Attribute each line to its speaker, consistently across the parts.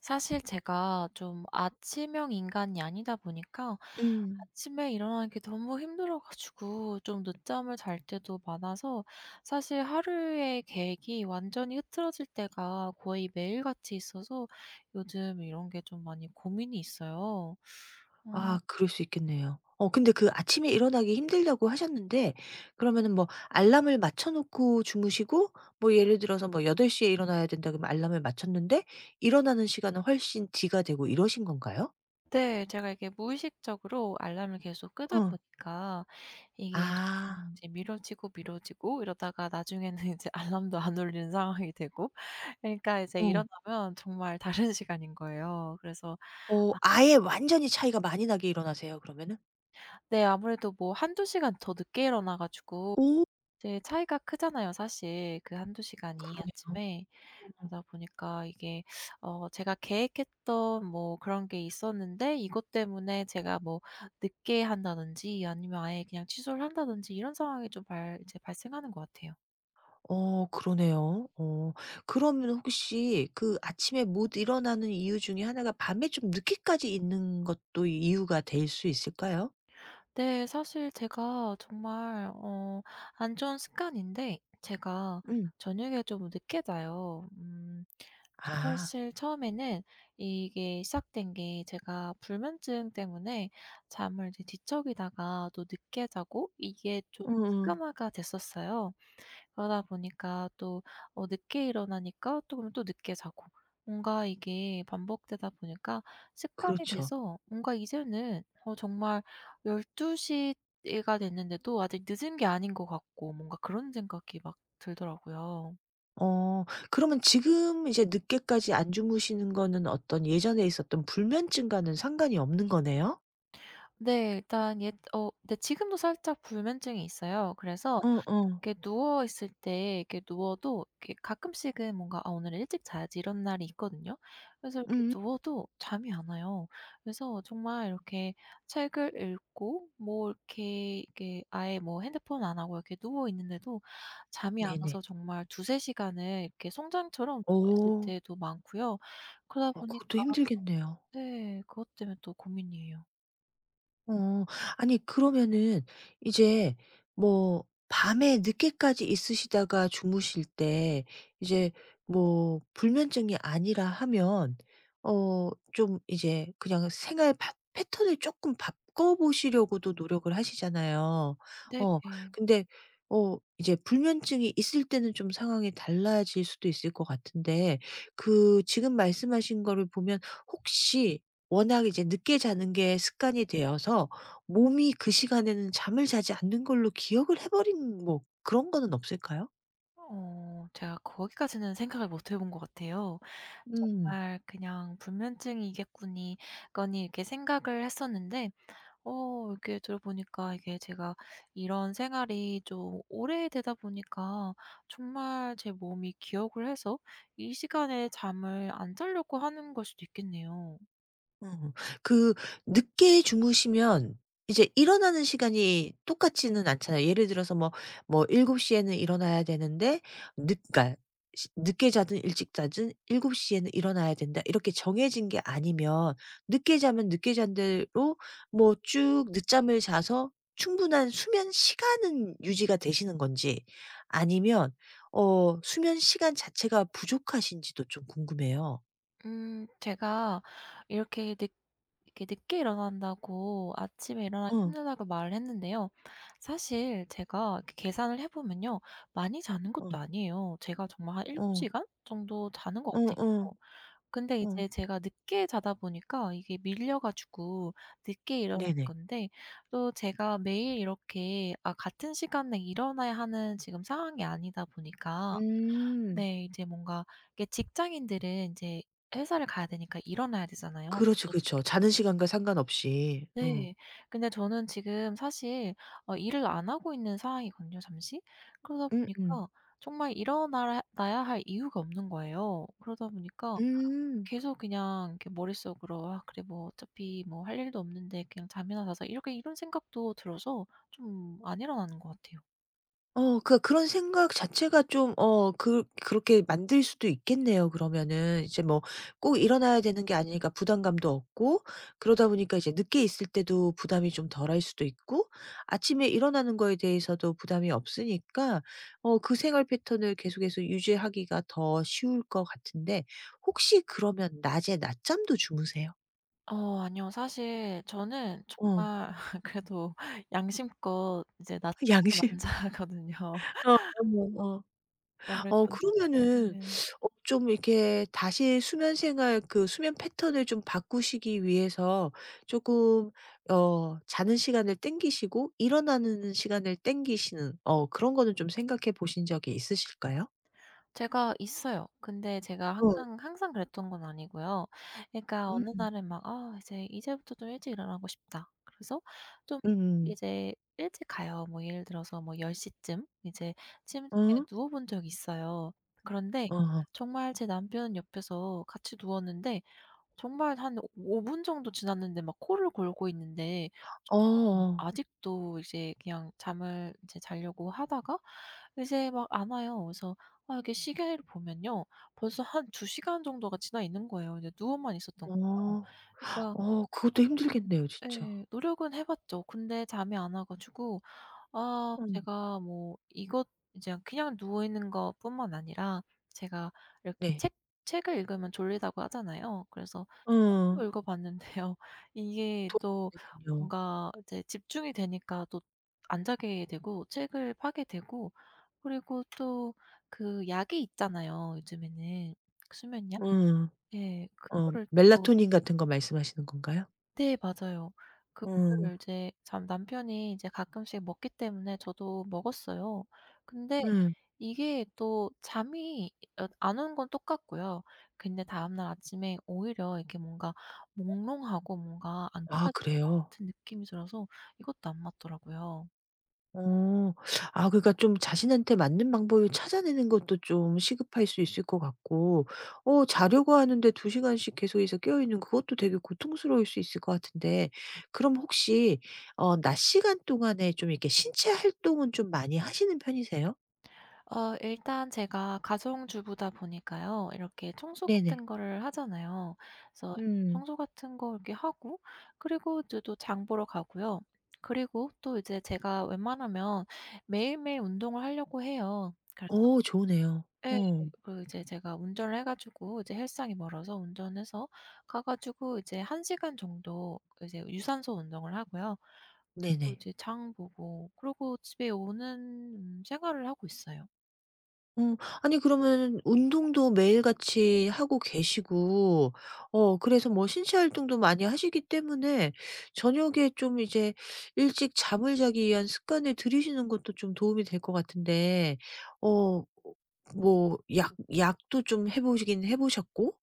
Speaker 1: 사실 제가 좀 아침형 인간이 아니다 보니까
Speaker 2: 음.
Speaker 1: 아침에 일어나는 게 너무 힘들어 가지고 좀 늦잠을 잘 때도 많아서, 사실 하루의 계획이 완전히 흐트러질 때가 거의 매일같이 있어서 요즘 이런 게 좀 많이 고민이 있어요. 어.
Speaker 2: 아, 그럴 수 있겠네요. 어, 근데 그 아침에 일어나기 힘들다고 하셨는데, 그러면은 뭐 알람을 맞춰 놓고 주무시고, 뭐 예를 들어서 뭐8덟시에 일어나야 된다 그러면 알람을 맞췄는데, 일어나는 시간은 훨씬 뒤가 되고 이러신 건가요?
Speaker 1: 네. 제가 이게 무의식적으로 알람을 계속 끄다
Speaker 2: 어.
Speaker 1: 보니까 이게
Speaker 2: 아.
Speaker 1: 좀 이제 미뤄지고 미뤄지고 이러다가 나중에는 이제 알람도 안 울리는 상황이 되고, 그러니까 이제
Speaker 2: 어.
Speaker 1: 일어나면 정말 다른 시간인 거예요. 그래서
Speaker 2: 어,
Speaker 1: 아
Speaker 2: 아예 완전히 차이가 많이 나게 일어나세요 그러면은?
Speaker 1: 네, 아무래도 뭐 한두 시간 더 늦게 일어나 가지고
Speaker 2: 오,
Speaker 1: 이제 차이가 크잖아요, 사실 그 한두 시간이
Speaker 2: 그러네요.
Speaker 1: 아침에.
Speaker 2: 어.
Speaker 1: 그러다 보니까 이게 어 제가 계획했던 뭐 그런 게 있었는데 이것 때문에 제가 뭐 늦게 한다든지 아니면 아예 그냥 취소를 한다든지 이런 상황이 좀 발 이제 발생하는 것 같아요.
Speaker 2: 어, 그러네요. 어, 그러면 혹시 그 아침에 못 일어나는 이유 중에 하나가 밤에 좀 늦게까지 있는 것도 이유가 될 수 있을까요?
Speaker 1: 네. 사실 제가 정말 안 좋은 습관인데 제가
Speaker 2: 음.
Speaker 1: 저녁에 좀 늦게 자요.
Speaker 2: 아.
Speaker 1: 사실 처음에는 이게 시작된 게 제가 불면증 때문에 잠을 이제 뒤척이다가 또 늦게 자고 이게 좀
Speaker 2: 음음.
Speaker 1: 습관화가 됐었어요. 그러다 보니까 또 늦게 일어나니까 또 그럼 또 늦게 자고 뭔가 이게 반복되다 보니까 습관이
Speaker 2: 그렇죠.
Speaker 1: 돼서 뭔가 이제는 정말 1 2시가 됐는데도 아직 늦은 게 아닌 것 같고 뭔가 그런 생각이 막 들더라고요.
Speaker 2: 어, 그러면 지금 이제 늦게까지 안 주무시는 거는 어떤 예전에 있었던 불면증과는 상관이 없는 거네요?
Speaker 1: 네. 일단 옛 어 네, 지금도 살짝 불면증이 있어요. 그래서
Speaker 2: 응, 응.
Speaker 1: 이렇게 누워 있을 때 이렇게 누워도 이렇게 가끔씩은 뭔가 '아 오늘 일찍 자야지.' 이런 날이 있거든요. 그래서 이렇게
Speaker 2: 음.
Speaker 1: 누워도 잠이 안 와요. 그래서 정말 이렇게 책을 읽고 뭐 이렇게 이게 아예 뭐 핸드폰 안 하고 이렇게 누워 있는데도 잠이 안
Speaker 2: 네네.
Speaker 1: 와서 정말 두세 시간을 이렇게 송장처럼 누워 있을
Speaker 2: 오.
Speaker 1: 때도 많고요. 그러다
Speaker 2: 어,
Speaker 1: 보니까,
Speaker 2: 그것도 힘들겠네요.
Speaker 1: 네, 그것 때문에 또 고민이에요.
Speaker 2: 어. 아니, 그러면은 이제 뭐 밤에 늦게까지 있으시다가 주무실 때, 이제 뭐 불면증이 아니라 하면 어 좀 이제 그냥 생활 바 패턴을 조금 바꿔 보시려고도 노력을 하시잖아요.
Speaker 1: 네.
Speaker 2: 어, 근데 어 이제 불면증이 있을 때는 좀 상황이 달라질 수도 있을 것 같은데, 그 지금 말씀하신 거를 보면, 혹시 워낙 이제 늦게 자는 게 습관이 되어서 몸이 그 시간에는 잠을 자지 않는 걸로 기억을 해 버린 뭐 그런 거는 없을까요?
Speaker 1: 제가 거기까지는 생각을 못 해본 것 같아요.
Speaker 2: 음.
Speaker 1: 정말 그냥 불면증이겠거니 거니 이렇게 생각을 했었는데 이렇게 들어보니까 이게 제가 이런 생활이 좀 오래되다 보니까 정말 제 몸이 기억을 해서 이 시간에 잠을 안 자려고 하는 걸 수도 있겠네요.
Speaker 2: 어. 그 늦게 주무시면 이제 일어나는 시간이 똑같지는 않잖아요. 예를 들어서 뭐 뭐7곱시 에는 일어나야 되는데, 늦 그러니까 시 늦게 자든 일찍 자든 7곱시 에는 일어나야 된다. 이렇게 정해진 게 아니면, 늦게 자면 늦게 잔 대로 뭐 쭉 늦잠을 자서 충분한 수면 시간은 유지가 되시는 건지, 아니면 어 수면 시간 자체가 부족하신지도 좀 궁금해요.
Speaker 1: 제가 이렇게 늦 이렇게 늦게 일어난다고 아침에 일어나기
Speaker 2: 어.
Speaker 1: 힘들다고 말을 했는데요. 사실 제가 이렇게 계산을 해 보면요. 많이 자는 것도
Speaker 2: 어.
Speaker 1: 아니에요. 제가 정말 한 7
Speaker 2: 어.
Speaker 1: 시간 정도 자는 것 같아요.
Speaker 2: 어어.
Speaker 1: 근데
Speaker 2: 어.
Speaker 1: 이제 제가 늦게 자다 보니까 이게 밀려 가지고 늦게 일어나는
Speaker 2: 네네.
Speaker 1: 건데, 또 제가 매일 이렇게 아 같은 시간에 일어나야 하는 지금 상황이 아니다 보니까.
Speaker 2: 음.
Speaker 1: 네. 이제 뭔가 이게 직장인들은 이제 회사를 가야 되니까 일어나야 되잖아요.
Speaker 2: 그렇죠,
Speaker 1: 어쩔 수
Speaker 2: 그렇죠.
Speaker 1: 없-
Speaker 2: 자는 시간과 상관없이. 어.
Speaker 1: 네. 근데 저는 지금 사실 일을 안 하고 있는 상황이거든요 잠시. 그러다
Speaker 2: 음음.
Speaker 1: 보니까 정말 일어나야 할 이유가 없는 거예요. 그러다 보니까
Speaker 2: 음.
Speaker 1: 계속 그냥 이렇게 머릿속으로 '아 그래 뭐 어차피 뭐 할 일도 없는데 그냥 잠이나 자자.' 이렇게 이런 생각도 들어서 좀 안 일어나는 것 같아요.
Speaker 2: 어, 그런 생각 자체가 좀 어 그렇게 만들 수도 있겠네요 그러면은. 이제 뭐 꼭 일어나야 되는 게 아니니까 부담감도 없고, 그러다 보니까 이제 늦게 있을 때도 부담이 좀 덜할 수도 있고, 아침에 일어나는 거에 대해서도 부담이 없으니까 어 그 생활 패턴을 계속해서 유지하기가 더 쉬울 것 같은데, 혹시 그러면 낮에 낮잠도 주무세요?
Speaker 1: 아니요. 사실 저는
Speaker 2: 어.
Speaker 1: 정말 그래도 양심껏 이제 낮
Speaker 2: 양심.
Speaker 1: 남자거든요.
Speaker 2: 어, 어머. 어.
Speaker 1: 아무래도
Speaker 2: 어, 그러면은
Speaker 1: 네.
Speaker 2: 어 좀 이렇게 다시 수면 생활 그 수면 패턴을 좀 바꾸시기 위해서 쪼끔 어 자는 시간을 땡기시고 일어나는 시간을 땡기시는, 어 그런 거는 좀 생각해 보신 적이 있으실까요?
Speaker 1: 제가 있어요. 근데 제가
Speaker 2: 어.
Speaker 1: 항상 항상 그랬던 건 아니고요. 그러니까 어느
Speaker 2: 음.
Speaker 1: 날은 막 '아 이제 이제부터 좀 일찍 일어나고 싶다.' 그래서 좀
Speaker 2: 음음.
Speaker 1: 이제 일찍 가요. 뭐 예를 들어서 뭐 10 시쯤 이제 침대에
Speaker 2: 어?
Speaker 1: 누워 본 적이 있어요. 그런데
Speaker 2: 어어.
Speaker 1: 정말 제 남편 옆에서 같이 누웠는데 정말 한 5분 정도 지났는데 막 코를 골고 있는데,
Speaker 2: 어어.
Speaker 1: 아직도 이제 그냥 잠을 이제 자려고 하다가 이제 막 안 와요. 그래서 아 이게 시계를 보면요. 벌써 한 2 시간 정도가 지나 있는 거예요. 이제 누워만 있었던 거예요.
Speaker 2: 어.
Speaker 1: 그러니까
Speaker 2: 어, 그것도
Speaker 1: 노력은,
Speaker 2: 힘들겠네요 진짜.
Speaker 1: 예, 노력은 해 봤죠. 근데 잠이 안 와 가지고 아
Speaker 2: 음.
Speaker 1: 제가 뭐 이것 이제 그냥 누워 있는 것뿐만 아니라 제가 이렇게
Speaker 2: 네.
Speaker 1: 책 책을 읽으면 졸리다고 하잖아요. 그래서
Speaker 2: 어.
Speaker 1: 책도 읽어 봤는데요. 이게 또
Speaker 2: 도움이 되군요.
Speaker 1: 뭔가 이제 집중이 되니까 또 안 자게 되고 책을 파게 되고 그리고 또 그 약이 있잖아요, 요즘에는. 수면약?
Speaker 2: 음.
Speaker 1: 예.
Speaker 2: 어,
Speaker 1: 그거를 또,
Speaker 2: 멜라토닌 같은 거 말씀하시는 건가요?
Speaker 1: 네, 맞아요.
Speaker 2: 음.
Speaker 1: 그거를 이제 참 남편이 이제 가끔씩 먹기 때문에 저도 먹었어요. 근데
Speaker 2: 음.
Speaker 1: 이게 또 잠이 안 온 건 똑같고요. 근데 다음날 아침에 오히려 이렇게 뭔가 몽롱하고 뭔가
Speaker 2: 아,
Speaker 1: 안개가 낀것
Speaker 2: 그래요?
Speaker 1: 같은 느낌이 들어서 이것도 안 맞더라고요.
Speaker 2: 어. 아, 그러니까 좀 자신한테 맞는 방법을 찾아내는 것도 좀 시급할 수 있을 것 같고, 어 자려고 하는데 2시간씩 계속해서 깨어 있는 그것도 되게 고통스러울 수 있을 것 같은데, 그럼 혹시 어 낮 시간 동안에 좀 이렇게 신체 활동은 좀 많이 하시는 편이세요?
Speaker 1: 일단 제가 가정주부다 보니까요. 이렇게 청소
Speaker 2: 네네.
Speaker 1: 같은 거를 하잖아요. 그래서
Speaker 2: 음.
Speaker 1: 청소 같은 거 이렇게 하고 그리고 이제 또 장 보러 가고요. 그리고 또 이제 제가 웬만하면 매일매일 운동을 하려고 해요. 그래서
Speaker 2: 어, 좋으네요.
Speaker 1: 예.
Speaker 2: 어.
Speaker 1: 그 이제 제가 운전을 해 가지고 이제 헬스장이 멀어서 운전해서 가 가지고 이제 한 시간 정도 이제 유산소 운동을 하고요. 그리고
Speaker 2: 네네.
Speaker 1: 이제 장 보고 그리고 집에 오는 생활을 하고 있어요.
Speaker 2: 어, 아니 그러면 운동도 매일같이 하고 계시고 어 그래서 뭐 신체 활동도 많이 하시기 때문에 저녁에 좀 이제 일찍 잠을 자기 위한 습관을 들이시는 것도 좀 도움이 될 것 같은데, 어 뭐 약 약도 좀 해 보시긴 해 보셨고,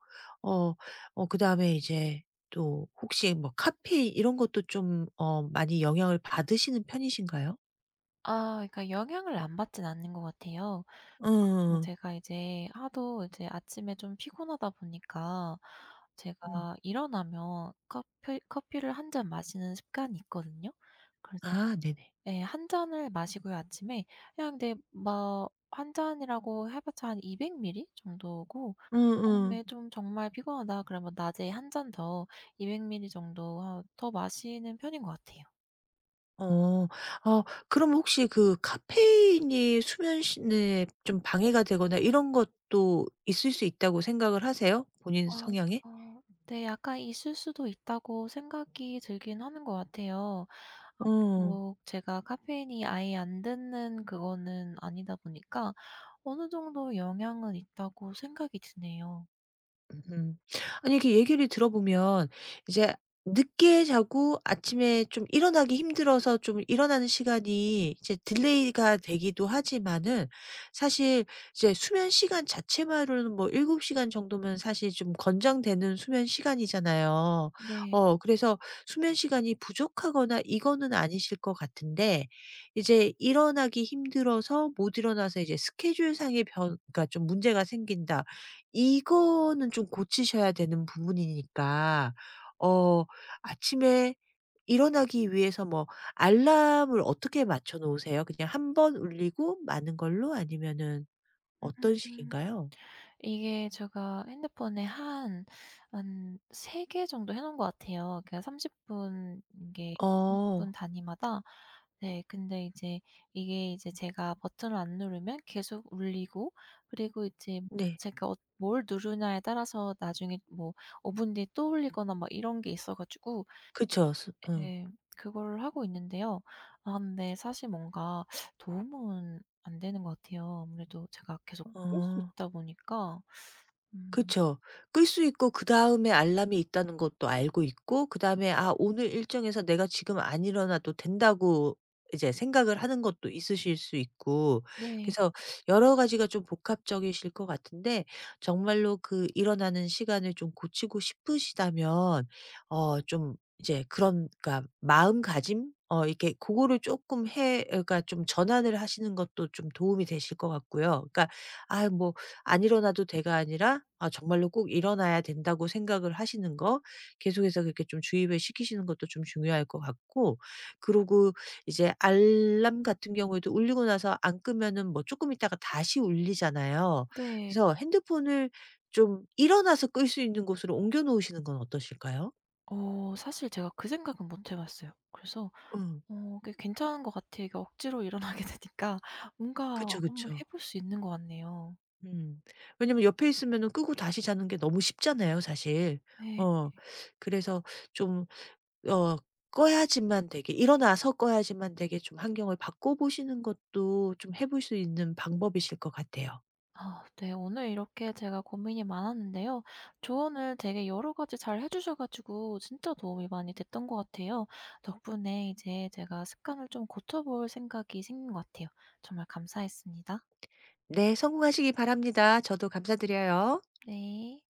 Speaker 2: 어 그다음에 이제 또 혹시 뭐 카페 이런 것도 좀 어 많이 영향을 받으시는 편이신가요?
Speaker 1: 아 그러니까 영향을 안 받진 않는 것 같아요. 뭐
Speaker 2: 응,
Speaker 1: 제가 이제 하도 이제 아침에 좀 피곤하다 보니까 제가
Speaker 2: 응.
Speaker 1: 일어나면 커피를 한 잔 마시는 습관이 있거든요. 그래서
Speaker 2: 아, 네네.
Speaker 1: 예, 한 잔을 마시고요 아침에. 그냥 근데 막 한 잔이라고 해 봤자 한 200ml 정도고,
Speaker 2: 응응.
Speaker 1: 그다음에 좀 정말 피곤하다 그러면 낮에 한 잔 더 200ml 정도 하 더 마시는 편인 것 같아요.
Speaker 2: 어. 어, 그럼 혹시 그 카페인이 수면 에 좀 방해가 되거나 이런 것도 있을 수 있다고 생각을 하세요? 본인
Speaker 1: 아.
Speaker 2: 성향에?
Speaker 1: 어, 네, 약간 있을 수도 있다고 생각이 들긴 하는 것 같아요.
Speaker 2: 어.
Speaker 1: 뭐 제가 카페인이 아예 안 듣는 그거는 아니다 보니까 어느 정도 영향은 있다고 생각이 드네요.
Speaker 2: 음. 아니, 이렇게 얘기를 들어보면 이제 늦게 자고 아침에 좀 일어나기 힘들어서 좀 일어나는 시간이 이제 딜레이가 되기도 하지만은, 사실 이제 수면 시간 자체만으로는 뭐 7 시간 정도면 사실 좀 권장되는 수면 시간이잖아요.
Speaker 1: 네.
Speaker 2: 어, 그래서 수면 시간이 부족하거나 이거는 아니실 것 같은데, 이제 일어나기 힘들어서 못 일어나서 이제 스케줄상의 변 그러니까 좀 문제가 생긴다. 이거는 좀 고치셔야 되는 부분이니까 어 아침에 일어나기 위해서 뭐 알람을 어떻게 맞춰 놓으세요? 그냥 한번 울리고 마는 걸로, 아니면은 어떤
Speaker 1: 음,
Speaker 2: 식인가요?
Speaker 1: 이게 제가 핸드폰에 한 3개 정도 해 놓은 것 같아요. 그러니까 30 분, 이게 30분
Speaker 2: 어.
Speaker 1: 단위마다. 네 근데 이제 이게 이제 제가 버튼을 안 누르면 계속 울리고 그리고 이제 뭐
Speaker 2: 네.
Speaker 1: 제가 뭘 누르냐에 따라서 나중에 뭐 5 분 뒤에 또 울리거나 막 이런 게 있어 가지고
Speaker 2: 그쵸. 스 어.
Speaker 1: 예, 그걸 하고 있는데요. 아 근데 사실 뭔가 도움은 안 되는 것 같아요. 아무래도 제가 계속 끌 수
Speaker 2: 어.
Speaker 1: 있다 보니까. 음.
Speaker 2: 그쵸. 끌 수 있고, 그다음에 알람이 있다는 것도 알고 있고, 그다음에 '아, 오늘 일정에서 내가 지금 안 일어나도 된다.'고 이제 생각을 하는 것도 있으실 수 있고,
Speaker 1: 네.
Speaker 2: 그래서 여러 가지가 좀 복합적이실 것 같은데, 정말로 그 일어나는 시간을 좀 고치고 싶으시다면 어 좀 이제 그런 그러니까 마음가짐 어 이렇게 그거를 조금 해 그러니까 좀 전환을 하시는 것도 좀 도움이 되실 것 같고요. 그러니까 '아 뭐 안 일어나도 돼'가 아니라 아, 정말로 꼭 일어나야 된다고 생각을 하시는 거, 계속해서 그렇게 좀 주입을 시키시는 것도 좀 중요할 것 같고, 그리고 이제 알람 같은 경우에도 울리고 나서 안 끄면은 뭐 조금 있다가 다시 울리잖아요.
Speaker 1: 근데
Speaker 2: 그래서 핸드폰을 좀 일어나서 끌 수 있는 곳으로 옮겨 놓으시는 건 어떠실까요?
Speaker 1: 사실 제가 그 생각은 못해 봤어요. 그래서
Speaker 2: 어.
Speaker 1: 꽤 괜찮은 것 같아요. 이게 억지로 일어나게 되니까 뭔가
Speaker 2: 그쵸,
Speaker 1: 한번
Speaker 2: 그쵸.
Speaker 1: 해볼 수 있는 것 같네요.
Speaker 2: 음. 왜냐면 옆에 있으면은 끄고 다시 자는 게 너무 쉽잖아요 사실.
Speaker 1: 네.
Speaker 2: 어. 그래서 좀 어 꺼야지만 되게, 일어나서 꺼야지만 되게 좀 환경을 바꿔 보시는 것도 좀 해볼 수 있는 방법이실 것 같아요.
Speaker 1: 아 네. 오늘 이렇게 제가 고민이 많았는데요. 조언을 되게 여러 가지 잘 해 주셔 가지고 진짜 도움이 많이 됐던 것 같아요. 덕분에 이제 제가 습관을 좀 고쳐 볼 생각이 생긴 것 같아요. 정말 감사했습니다.
Speaker 2: 네, 성공하시기 바랍니다. 저도 감사드려요.
Speaker 1: 네.